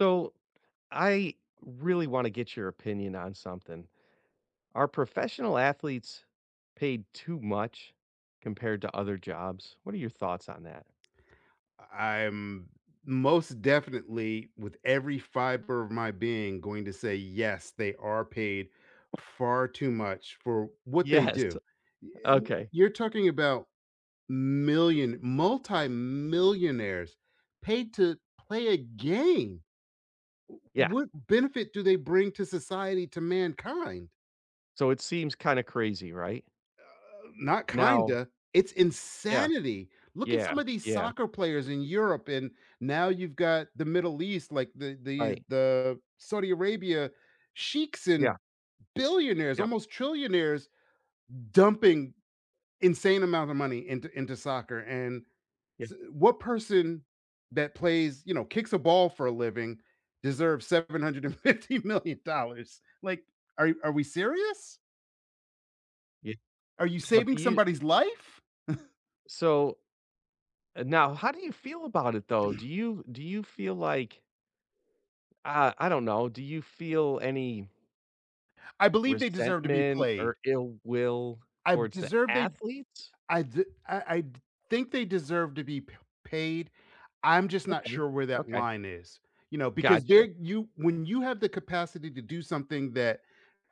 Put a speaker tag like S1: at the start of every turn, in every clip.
S1: So, I really want to get your opinion on something. Are professional athletes paid too much compared to other jobs? What are your thoughts on that?
S2: I'm most definitely, with every fiber of my being, going to say yes, they are paid far too much for what they
S1: Yes.
S2: do. Y- I mean,
S1: Okay.
S2: You're talking about million, multi-millionaires paid to play a game. W-
S1: Yeah.
S2: What benefit do they bring to society, to mankind?
S1: So it seems kind of crazy, right?
S2: Not
S1: Now,
S2: kinda, it's
S1: yeah,
S2: insanity. Look at some
S1: yeah,
S2: of these
S1: yeah,
S2: soccer players in Europe, and now you've got the Middle East, like the the
S1: right.
S2: the Saudi Arabia sheiks
S1: Yeah,
S2: and billionaires,
S1: yeah,
S2: almost trillionaires, dumping insane amount of money into soccer, and
S1: yeah,
S2: s what person that plays, kicks a ball for a living deserves $750,000,000? Like, are we serious?
S1: yeah.
S2: Are you
S1: Now,
S2: saving
S1: do you
S2: somebody's life?
S1: so now how do you feel about it though? Do you feel like I don't know, do you feel any
S2: I believe they deserve to be
S1: resentment
S2: played.
S1: or ill will
S2: I
S1: towards the
S2: deserve they
S1: athletes?
S2: I d think they deserve to be p paid. I'm just not
S1: Okay,
S2: sure where that
S1: okay,
S2: line is, you know, because there
S1: gotcha.
S2: you when you have the capacity to do something that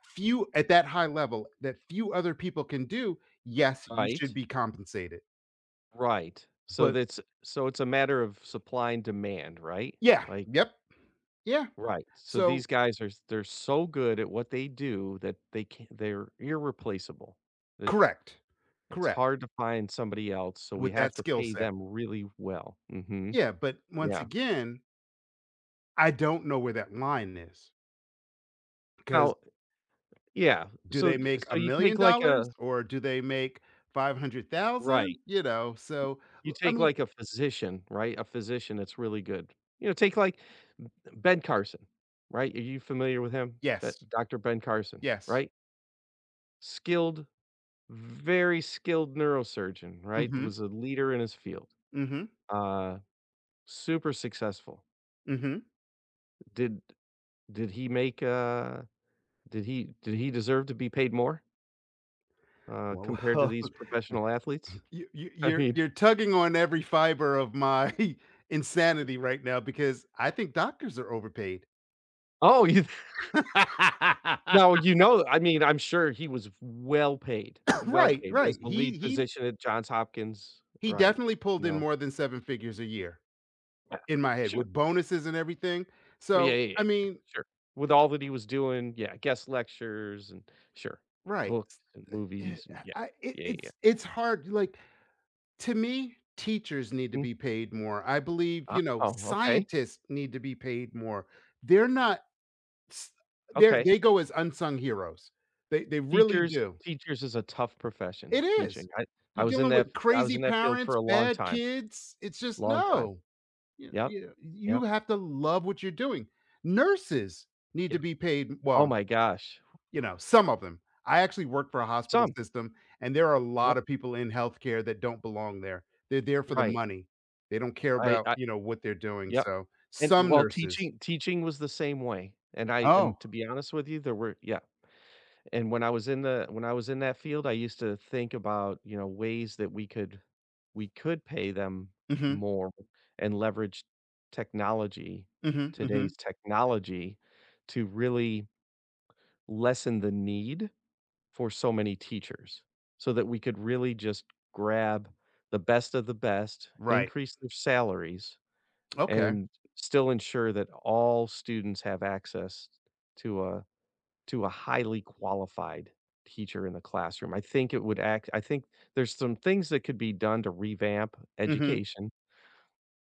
S2: few at that high level, that few other people can do, yes, you should
S1: Right,
S2: be compensated.
S1: right. So
S2: But
S1: that's so it's a matter of supply and demand, right?
S2: yeah,
S1: Like,
S2: yep, yeah.
S1: right. So
S2: So
S1: these guys are they're so good at what they do that they're irreplaceable. That
S2: correct,
S1: it's
S2: correct,
S1: hard to find somebody else, so we
S2: with
S1: have
S2: that
S1: to
S2: skill
S1: pay
S2: set.
S1: them really well. Mhm,
S2: Yeah, but once
S1: yeah.
S2: again, I don't know where that line is because.
S1: Now, yeah,
S2: Do
S1: so
S2: they
S1: d
S2: make
S1: so you take like
S2: $1,000,000
S1: a
S2: or do they make 500,000?
S1: right.
S2: You know,
S1: Y
S2: so, l
S1: you
S2: I
S1: take,
S2: mean
S1: like, a physician, right? A physician that's really good. You know, take, like, Ben Carson, right? Are you familiar with him? That
S2: yes,
S1: Doctor Ben Carson,
S2: yes.
S1: right? Skilled, very skilled neurosurgeon, right?
S2: Mhm,
S1: Was a leader in his field.
S2: mhm,
S1: Uh, Super successful.
S2: mhm.
S1: Did did he make, did he deserve to be paid more,
S2: Well,
S1: compared to
S2: well,
S1: these professional athletes?
S2: you you
S1: I
S2: you're
S1: mean,
S2: you're tugging on every fiber of my insanity right now because I think doctors are overpaid.
S1: oh, you. Now, you know, I mean, I'm sure he was well
S2: Right,
S1: paid
S2: right.
S1: as the lead
S2: He
S1: physician at Johns Hopkins,
S2: he
S1: right,
S2: definitely
S1: you
S2: pulled in
S1: know?
S2: more than 7 figures a year
S1: Yeah,
S2: in my head
S1: sure.
S2: with bonuses and everything.
S1: Oh, yeah,
S2: So,
S1: yeah,
S2: I
S1: yeah,
S2: mean
S1: sure. With all that he was doing, yeah, guest lectures and sure,
S2: right.
S1: books and movies and yeah,
S2: I it
S1: yeah, yeah,
S2: it's it's hard, like, to me, teachers need to
S1: yeah.
S2: be paid more. I believe, you know,
S1: Oh, okay,
S2: scientists need to be paid more. They're not s they're
S1: okay.
S2: they go as unsung heroes. They really
S1: Teachers
S2: do.
S1: teachers is a tough profession,
S2: It is.
S1: teaching. I
S2: You're
S1: was in
S2: dealing
S1: that
S2: with
S1: I was
S2: crazy
S1: in that field
S2: parents,
S1: for a long
S2: bad
S1: time,
S2: kids. It's just
S1: long time.
S2: no. You
S1: Yep,
S2: you you
S1: yep,
S2: have to love what you're doing. Nurses need to
S1: yep.
S2: be paid
S1: Oh
S2: well.
S1: my gosh.
S2: You know, some of them. I actually work for a hospital
S1: Some,
S2: system, and there are a lot
S1: yep,
S2: of people in healthcare that don't belong there. They're there for the
S1: right.
S2: money. They don't care about
S1: I
S2: you know, what they're doing,
S1: Yep,
S2: so
S1: and
S2: some
S1: well,
S2: nurses.
S1: teaching was the same way, and I,
S2: Oh,
S1: and to be honest with you, there were, yeah, and when I was in the when I was in that field, I used to think about, you know, ways that we could pay them
S2: mhm,
S1: more and leverage technology,
S2: mhm, mhm.
S1: today's technology, to really lessen the need for so many teachers, so that we could really just grab the best of the best,
S2: Right.
S1: increase their salaries
S2: Okay.
S1: and still ensure that all students have access to a to a highly qualified teacher in the classroom. I think it would act I think there's some things that could be done to revamp
S2: Mhm.
S1: education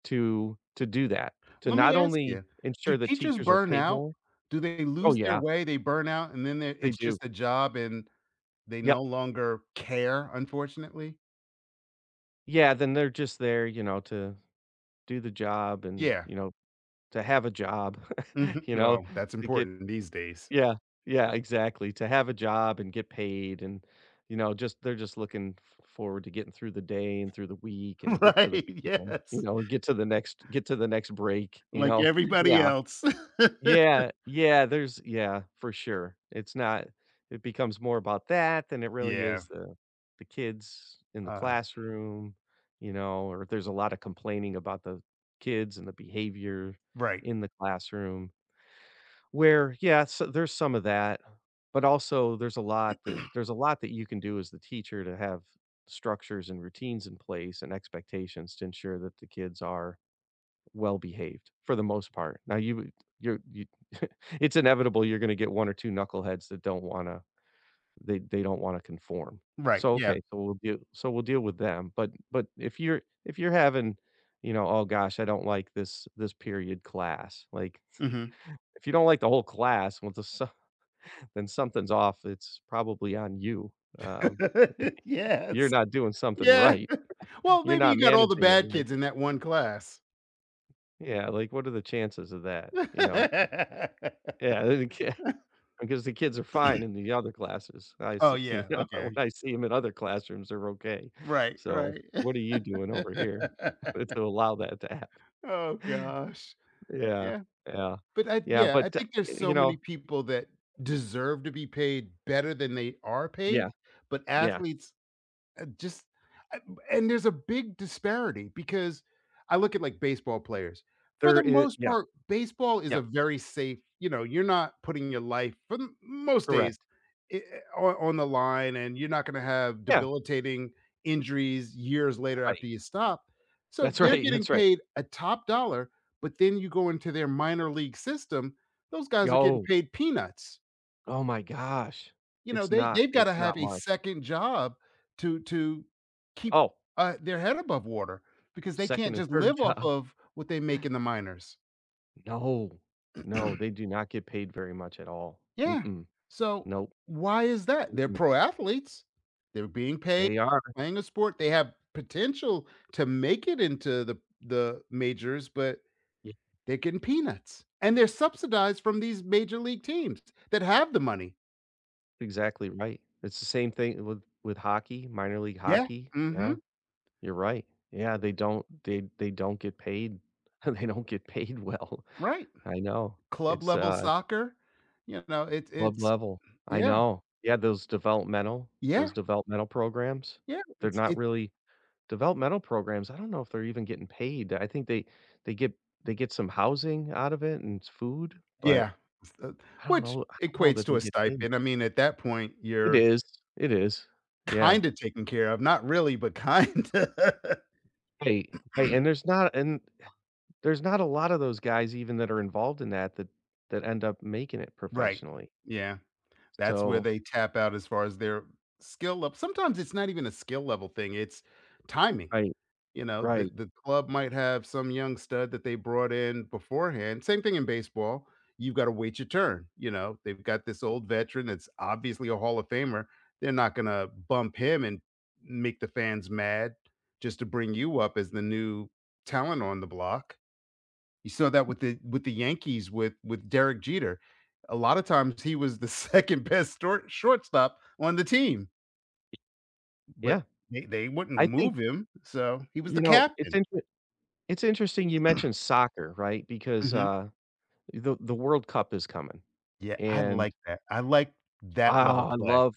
S1: to do that, to
S2: Let me
S1: not
S2: ask
S1: only
S2: you, do
S1: ensure that
S2: teachers
S1: teachers are
S2: burn
S1: paid
S2: out?
S1: more.
S2: Do they
S1: Oh,
S2: lose their
S1: yeah,
S2: way, they burn out, and then they
S1: they
S2: it's
S1: do.
S2: just a job and they no
S1: Yep.
S2: longer care, unfortunately?
S1: Yeah, then they're just there, you know, to do the job and,
S2: Yeah.
S1: you know, to have a job,
S2: Mhm.
S1: you know,
S2: Well, that's
S1: to get.
S2: important these days.
S1: Yeah, yeah, exactly, to have a job and get paid and, you know, just they're just looking f forward to getting through the day and through the week and get to the
S2: Right,
S1: weekend,
S2: yes.
S1: you know, and get to the next break, you
S2: Like
S1: know?
S2: everybody
S1: Yeah.
S2: else.
S1: Yeah, yeah, there's, yeah, for sure. It's not It becomes more about that than it really
S2: Yeah,
S1: is the kids in the
S2: uh,
S1: classroom, you know, or if there's a lot of complaining about the kids and the behavior
S2: right,
S1: in the classroom. Where, yeah, so there's some of that, but also there's a lot that there's a lot that you can do as the teacher to have structures and routines in place and expectations to ensure that the kids are well behaved for the most part. Now you it's inevitable you're gonna get 1 or 2 knuckleheads that don't wanna they don't wanna conform.
S2: right,
S1: So,
S2: yeah.
S1: okay, so we'll deal with them, but if you're having, you know, "Oh gosh, I don't like this period class," like,
S2: Mhm.
S1: if you don't like the whole class, well, this then something's off. It's probably on you. Uh, you're
S2: Yes.
S1: not doing something
S2: Yeah.
S1: right.
S2: Well,
S1: You're
S2: maybe
S1: not
S2: you got all the
S1: managing it
S2: bad
S1: right.
S2: kids in that one class.
S1: Yeah, like, what are the chances of that, you know? Yeah, the ki because the kids are fine in the other classes. I s
S2: Oh,
S1: see,
S2: yeah,
S1: you know, when
S2: okay.
S1: I see them in other classrooms, they're okay.
S2: Right,
S1: So,
S2: right.
S1: what are you doing over here to allow that to happen?
S2: Oh gosh.
S1: Yeah,
S2: Yeah,
S1: yeah,
S2: but
S1: yeah, but,
S2: I think there's
S1: y
S2: so
S1: you
S2: many
S1: know.
S2: people that deserve to be paid better than they are paid,
S1: Yeah,
S2: but
S1: yeah.
S2: athletes. Just uh, and there's a big disparity because I look at, like, baseball players. For the
S1: There is.
S2: most
S1: Yeah,
S2: part, baseball is
S1: yeah,
S2: a very safe, you know, you're not putting your life for m most days
S1: correct.
S2: I I on the line, and you're not gonna have
S1: Yeah,
S2: debilitating injuries years later after
S1: right.
S2: you stop. So,
S1: That's
S2: they're
S1: right,
S2: getting
S1: that's right.
S2: paid a top dollar, but then you go into their minor league system, those guys are getting
S1: Oh,
S2: paid peanuts.
S1: oh my gosh.
S2: You know, they've gotta
S1: It's
S2: have
S1: not
S2: a
S1: much.
S2: second job to keep,
S1: Oh,
S2: their head above water because they can't
S1: 2nd and
S2: just
S1: 3rd
S2: live off
S1: job.
S2: of what they make in the minors.
S1: No. No, they do not get paid very much at all.
S2: Yeah.
S1: Mm-mm.
S2: So,
S1: Nope.
S2: why is that? They're
S1: Mm-mm.
S2: pro athletes. They're being paid,
S1: They are.
S2: playing a sport. They have potential to make it into the majors, but
S1: You
S2: they're getting peanuts, and they're subsidized from these major league teams that have the money.
S1: exactly right. It's the same thing with hockey, minor league
S2: Yeah.
S1: hockey. Yeah,
S2: Mhm.
S1: you're right. Yeah, they don't get paid. They don't get paid well.
S2: Right.
S1: I know.
S2: Club
S1: It's,
S2: level soccer, you know, it's
S1: club
S2: it's
S1: level. I
S2: yeah,
S1: know. Yeah,
S2: yeah,
S1: those developmental programs,
S2: yeah,
S1: they're
S2: it's
S1: not
S2: it
S1: really. Developmental programs, I don't know if they're even getting paid. I think they get they get some housing out of it and food, but
S2: yeah, uh, which
S1: I don't know
S2: equates
S1: that
S2: to
S1: they
S2: a
S1: get paid.
S2: stipend, I mean, at that point,
S1: It
S2: you're
S1: is, it is. Yeah.
S2: kinda taken care of, not really, but kinda.
S1: Hey, hey, and there's not a lot of those guys even that are involved in that that end up making it
S2: Right,
S1: professionally.
S2: yeah, that's where
S1: So,
S2: they tap out as far as their skill lev sometimes it's not even a skill level thing, it's timing.
S1: right,
S2: You know, the
S1: right.
S2: club might have some young stud that they brought in beforehand. Same thing in baseball. You've got to wait your turn. You know, they've got this old veteran that's obviously a Hall of Famer. They're not going to bump him and make the fans mad just to bring you up as the new talent on the block. You saw that with the Yankees with Derek Jeter. A lot of times he was the second best shortstop on the team, but
S1: Yeah.
S2: they wouldn't
S1: I think,
S2: move him, so he was the
S1: you know,
S2: captain.
S1: it's interesting you mentioned soccer, right? Because,
S2: Mhm.
S1: the World Cup is coming,
S2: Yeah, I
S1: and
S2: like that. I like that level
S1: ah,
S2: play.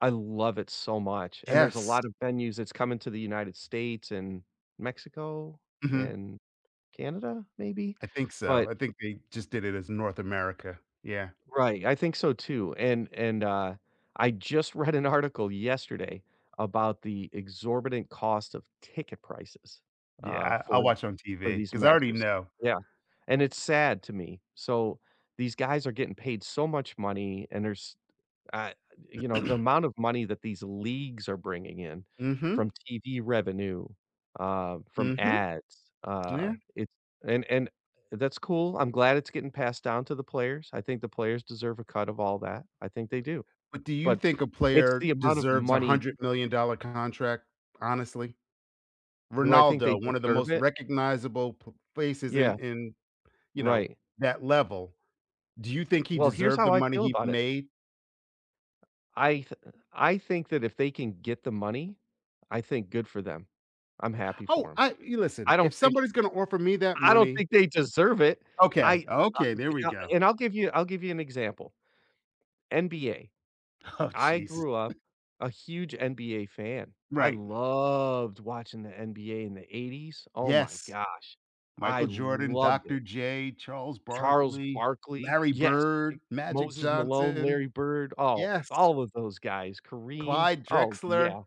S1: I love it so much, and there's a
S2: Yes.
S1: lot of venues that's coming to the United States and Mexico
S2: Mhm.
S1: and Canada, maybe?
S2: I think so.
S1: But
S2: I think they just did it as North America. Yeah.
S1: right, I think so too, and I just read an article yesterday about the exorbitant cost of ticket prices,
S2: Yeah, I I'll
S1: for
S2: watch on TV
S1: these
S2: because I already
S1: matches.
S2: know.
S1: Yeah, and it's sad to me. So, these guys are getting paid so much money, and there's. Uh, you know, the amount of money that these leagues are bringing in
S2: Mhm.
S1: from TV revenue, from
S2: Mhm.
S1: ads,
S2: Yeah.
S1: it's, and that's cool. I'm glad it's getting passed down to the players. I think the players deserve a cut of all that. I think they do.
S2: But do you
S1: But
S2: think a
S1: it's
S2: player
S1: the amount of
S2: deserves a
S1: money.
S2: $100,000,000 contract, honestly?
S1: Do I think they
S2: Ronaldo, one of the
S1: deserve
S2: most
S1: it?
S2: recognizable p faces
S1: Yeah,
S2: in, you know,
S1: right.
S2: that level. Do you think he
S1: Well, here's
S2: deserved the
S1: how I
S2: money
S1: feel
S2: he
S1: about it.
S2: made?
S1: I th I think that if they can get the money, I think good for them. I'm happy
S2: Oh,
S1: for 'em.
S2: I you
S1: I
S2: listen,
S1: am happy for them.
S2: if somebody's gonna offer me that
S1: I don't
S2: money,
S1: think they deserve it.
S2: okay,
S1: I
S2: okay, there we go.
S1: and I'll give you an example. NBA.
S2: Oh,
S1: I
S2: Jesus!
S1: grew up a huge NBA fan. I
S2: Right.
S1: loved watching the NBA in the '80s. Oh my
S2: Yes.
S1: gosh. I
S2: Michael Jordan,
S1: loved it.
S2: Dr. J, Charles
S1: Charles
S2: Barkley,
S1: Barkley.
S2: Larry
S1: Yes.
S2: Bird,
S1: It-
S2: Magic
S1: Moses Malone,
S2: Johnson.
S1: Larry Bird. Oh,
S2: Yes.
S1: all of those guys. Kareem.
S2: Clyde
S1: Oh,
S2: Drexler.
S1: yeah.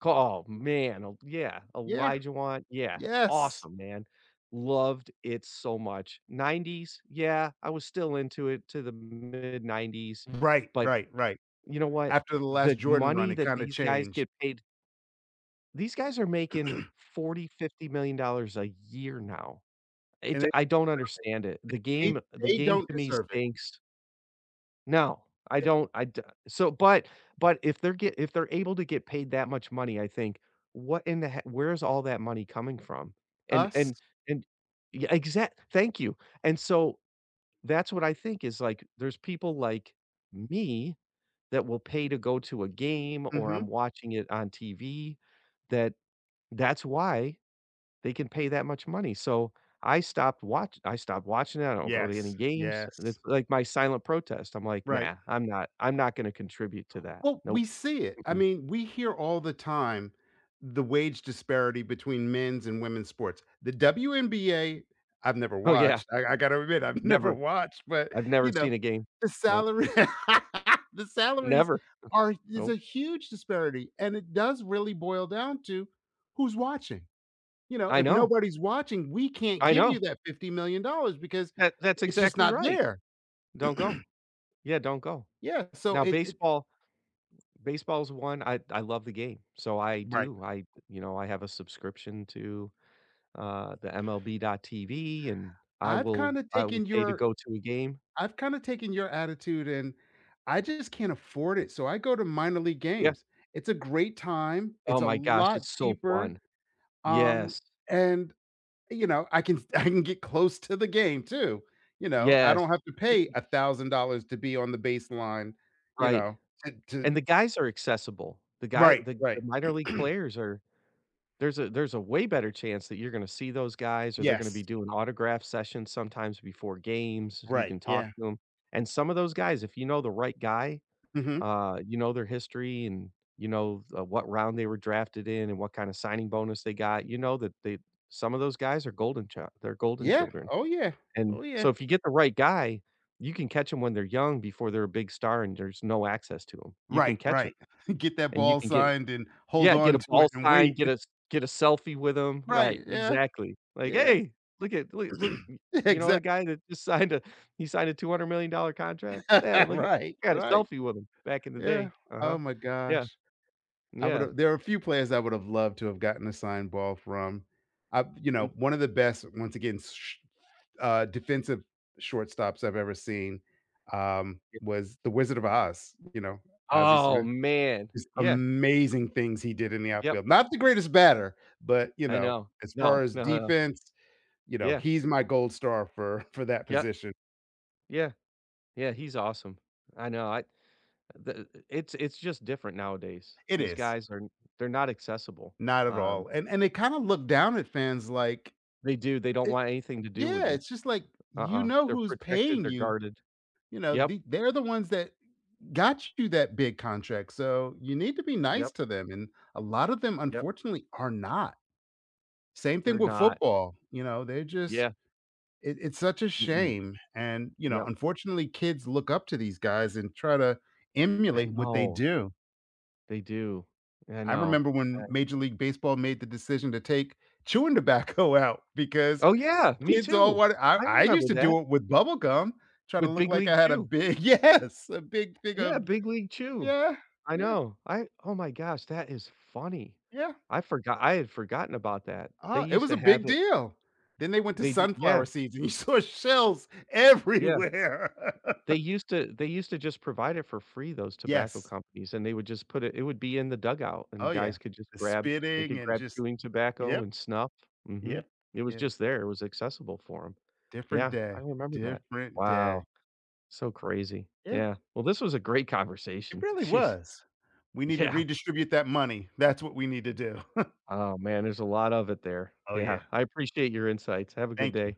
S1: Co, oh, man, oh yeah,
S2: Yeah.
S1: Elijah Wan, yeah,
S2: Yes.
S1: awesome, man. Loved it so much. '90s, yeah, I was still into it to the mid '90s,
S2: Right,
S1: but
S2: right, right.
S1: you know what?
S2: After the last
S1: The
S2: Jordan run,
S1: money
S2: it
S1: that
S2: kinda
S1: these guys
S2: changed,
S1: get paid, these guys are making 40, fifty million a year now. It,
S2: and it
S1: I don't understand it.
S2: they
S1: The game
S2: don't
S1: to me
S2: deserve it.
S1: stinks. No, I
S2: Eh,
S1: don't I d so but if they're get if they're able to get paid that much money, I think, what in the he where's all that money coming from? And
S2: Us?
S1: and and Yeah, exact, thank you. And so, that's what I think is, like, there's people like me that will pay to go to a game or I'm
S2: Mhm.
S1: watching it on TV, that that's why they can pay that much money, so I stopped watching it, I don't go to
S2: Yes,
S1: any games,
S2: yes.
S1: it's like my silent protest, I'm like,
S2: Right.
S1: "Nah, I'm not gonna contribute to that.
S2: Well,
S1: Nope,
S2: we see it. I
S1: mm-mm."
S2: mean, we hear all the time the wage disparity between men's and women's sports. The WNBA, I've never
S1: Oh, yeah,
S2: watched. I gotta admit, I've never
S1: never.
S2: watched, but
S1: I've never
S2: you know,
S1: seen a game.
S2: the
S1: Nope,
S2: salary, the salaries
S1: never.
S2: are is a
S1: Nope.
S2: huge disparity, and it does really boil down to who's watching. You know,
S1: I
S2: if
S1: know,
S2: nobody's watching, we can't
S1: I
S2: give
S1: know.
S2: you that $50 million because
S1: That, that's
S2: it's just
S1: exactly
S2: not
S1: right.
S2: there.
S1: Don't go. Yeah, don't go.
S2: Yeah, so
S1: Now,
S2: it
S1: baseball's one, I love the game, so I
S2: right.
S1: do, I, you know, I have a subscription to, the MLB TV, and I
S2: I've
S1: will
S2: kind of
S1: I will
S2: taken
S1: pay to
S2: your
S1: go to a game.
S2: I've kinda taken your attitude and I just can't afford it, so I go to minor league
S1: Yeah.
S2: games. It's a great time, it's
S1: Oh
S2: a
S1: my gosh,
S2: lot
S1: it's so
S2: cheaper,
S1: fun.
S2: um,
S1: Yes.
S2: and, you know, I can I can get close to the game too, you know? I don't
S1: Yes.
S2: have to
S1: Ye,
S2: pay $1,000 to be on the baseline, you
S1: right.
S2: know, to
S1: And the guys are accessible. The guy
S2: right, right.
S1: the minor league players are, there's a way better chance that you're gonna see those guys or they're gonna
S2: Yes.
S1: be doing autograph sessions sometimes before games, you
S2: Right,
S1: can talk
S2: yeah.
S1: to them, and some of those guys, if you know the right guy,
S2: Mhm.
S1: you know, their history and you know, what round they were drafted in and what kind of signing bonus they got. You know that they, some of those guys are golden child, they're golden
S2: Yeah.
S1: children.
S2: Oh, yeah.
S1: And
S2: Oh, yeah.
S1: so if you get the right guy, you can catch them when they're young before they're a big star and there's no access to them. You
S2: Right,
S1: can catch them
S2: right. Get that
S1: and you
S2: ball
S1: can get,
S2: signed and hold
S1: yeah, get a
S2: on to
S1: ball
S2: it and
S1: sign,
S2: wait.
S1: get a s- get a selfie with them.
S2: Right,
S1: Right,
S2: yeah,
S1: exactly. Like,
S2: yeah.
S1: hey, look at look look y- you know the
S2: Exactly.
S1: guy that just signed a he signed a $200 million contract. Yeah, look at,
S2: Right,
S1: I got a
S2: right.
S1: selfie with him back in the
S2: Yeah.
S1: day. Uh huh.
S2: Oh my
S1: Yeah,
S2: gosh. I would
S1: yeah.
S2: have There are a few players I would have loved to have gotten a signed ball from. I You
S1: Mm,
S2: know, one of the best, once again, sh defensive shortstops I've ever seen,
S1: yeah.
S2: was The Wizard of Oz, you know, Ozzie
S1: Oh,
S2: Smith.
S1: man.
S2: Just
S1: Yeah,
S2: amazing things he did in the
S1: yep,
S2: outfield. Not the greatest batter, but, you
S1: I
S2: know,
S1: know.
S2: as far
S1: No,
S2: as
S1: no, no, no.
S2: defense, you know,
S1: Yeah,
S2: he's my gold star for for that
S1: yep,
S2: position.
S1: yeah, yeah, he's awesome. I know, I the, it's just different nowadays.
S2: It
S1: These
S2: is.
S1: guys are, they're not accessible.
S2: Not at
S1: Um,
S2: all, and they kinda look down at fans like
S1: they do, they don't
S2: it
S1: want anything to do with
S2: yeah,
S1: you.
S2: it's just like, you
S1: Uh-uh.
S2: know
S1: They're
S2: who's
S1: protected,
S2: paying
S1: they're
S2: you,
S1: guarded.
S2: you know,
S1: Yep,
S2: they're the ones that got you that big contract, so you need to be nice
S1: yep,
S2: to them, and a lot of them,
S1: yep,
S2: unfortunately, are not. Same thing
S1: they're
S2: with
S1: not.
S2: football, you know, they're just
S1: Yeah,
S2: it's such a
S1: mm-mm,
S2: shame, and, you know,
S1: yep.
S2: unfortunately, kids look up to these guys and try to
S1: I
S2: emulate what they
S1: know,
S2: do.
S1: they do. I
S2: I
S1: know.
S2: remember when
S1: Uh,
S2: Major League Baseball made the decision to take chewing tobacco out because
S1: oh, yeah, me
S2: kids all
S1: too.
S2: want
S1: I
S2: I used
S1: remember
S2: to
S1: that
S2: do it with bubble gum, try to
S1: with
S2: look
S1: Big
S2: like
S1: League
S2: I had a
S1: Chew.
S2: big yes, a big thing of
S1: Yeah, Big League Chew.
S2: yeah,
S1: I
S2: yeah,
S1: know. I, oh my gosh, that is funny.
S2: yeah.
S1: I had forgotten about that. They
S2: It
S1: used
S2: was
S1: to
S2: a
S1: have
S2: big
S1: it,
S2: deal. Then they went to
S1: they d yeah,
S2: sunflower seeds, and you saw shells
S1: yeah.
S2: everywhere.
S1: They used to just provide it for free, those tobacco
S2: Yes.
S1: companies, and they would just put it, it would be in the dugout, and
S2: Oh, yeah. The
S1: they
S2: spitting
S1: could
S2: and
S1: grab
S2: just
S1: chewing tobacco
S2: yep,
S1: and snuff. Mhm.
S2: yep,
S1: It was
S2: yep.
S1: just there, it was accessible for them.
S2: Different
S1: Yeah, I
S2: day,
S1: remember that.
S2: different day.
S1: Wow, so crazy.
S2: Yeah,
S1: Yeah. Well, this was a great
S2: it
S1: conversation.
S2: really
S1: Jeez.
S2: was. We need to
S1: Yeah.
S2: redistribute that money. That's what we need to do.
S1: Oh, man, there's a lot of it there.
S2: Oh,
S1: Yeah,
S2: yeah.
S1: I appreciate your insights. Have a good
S2: Thank you.
S1: day.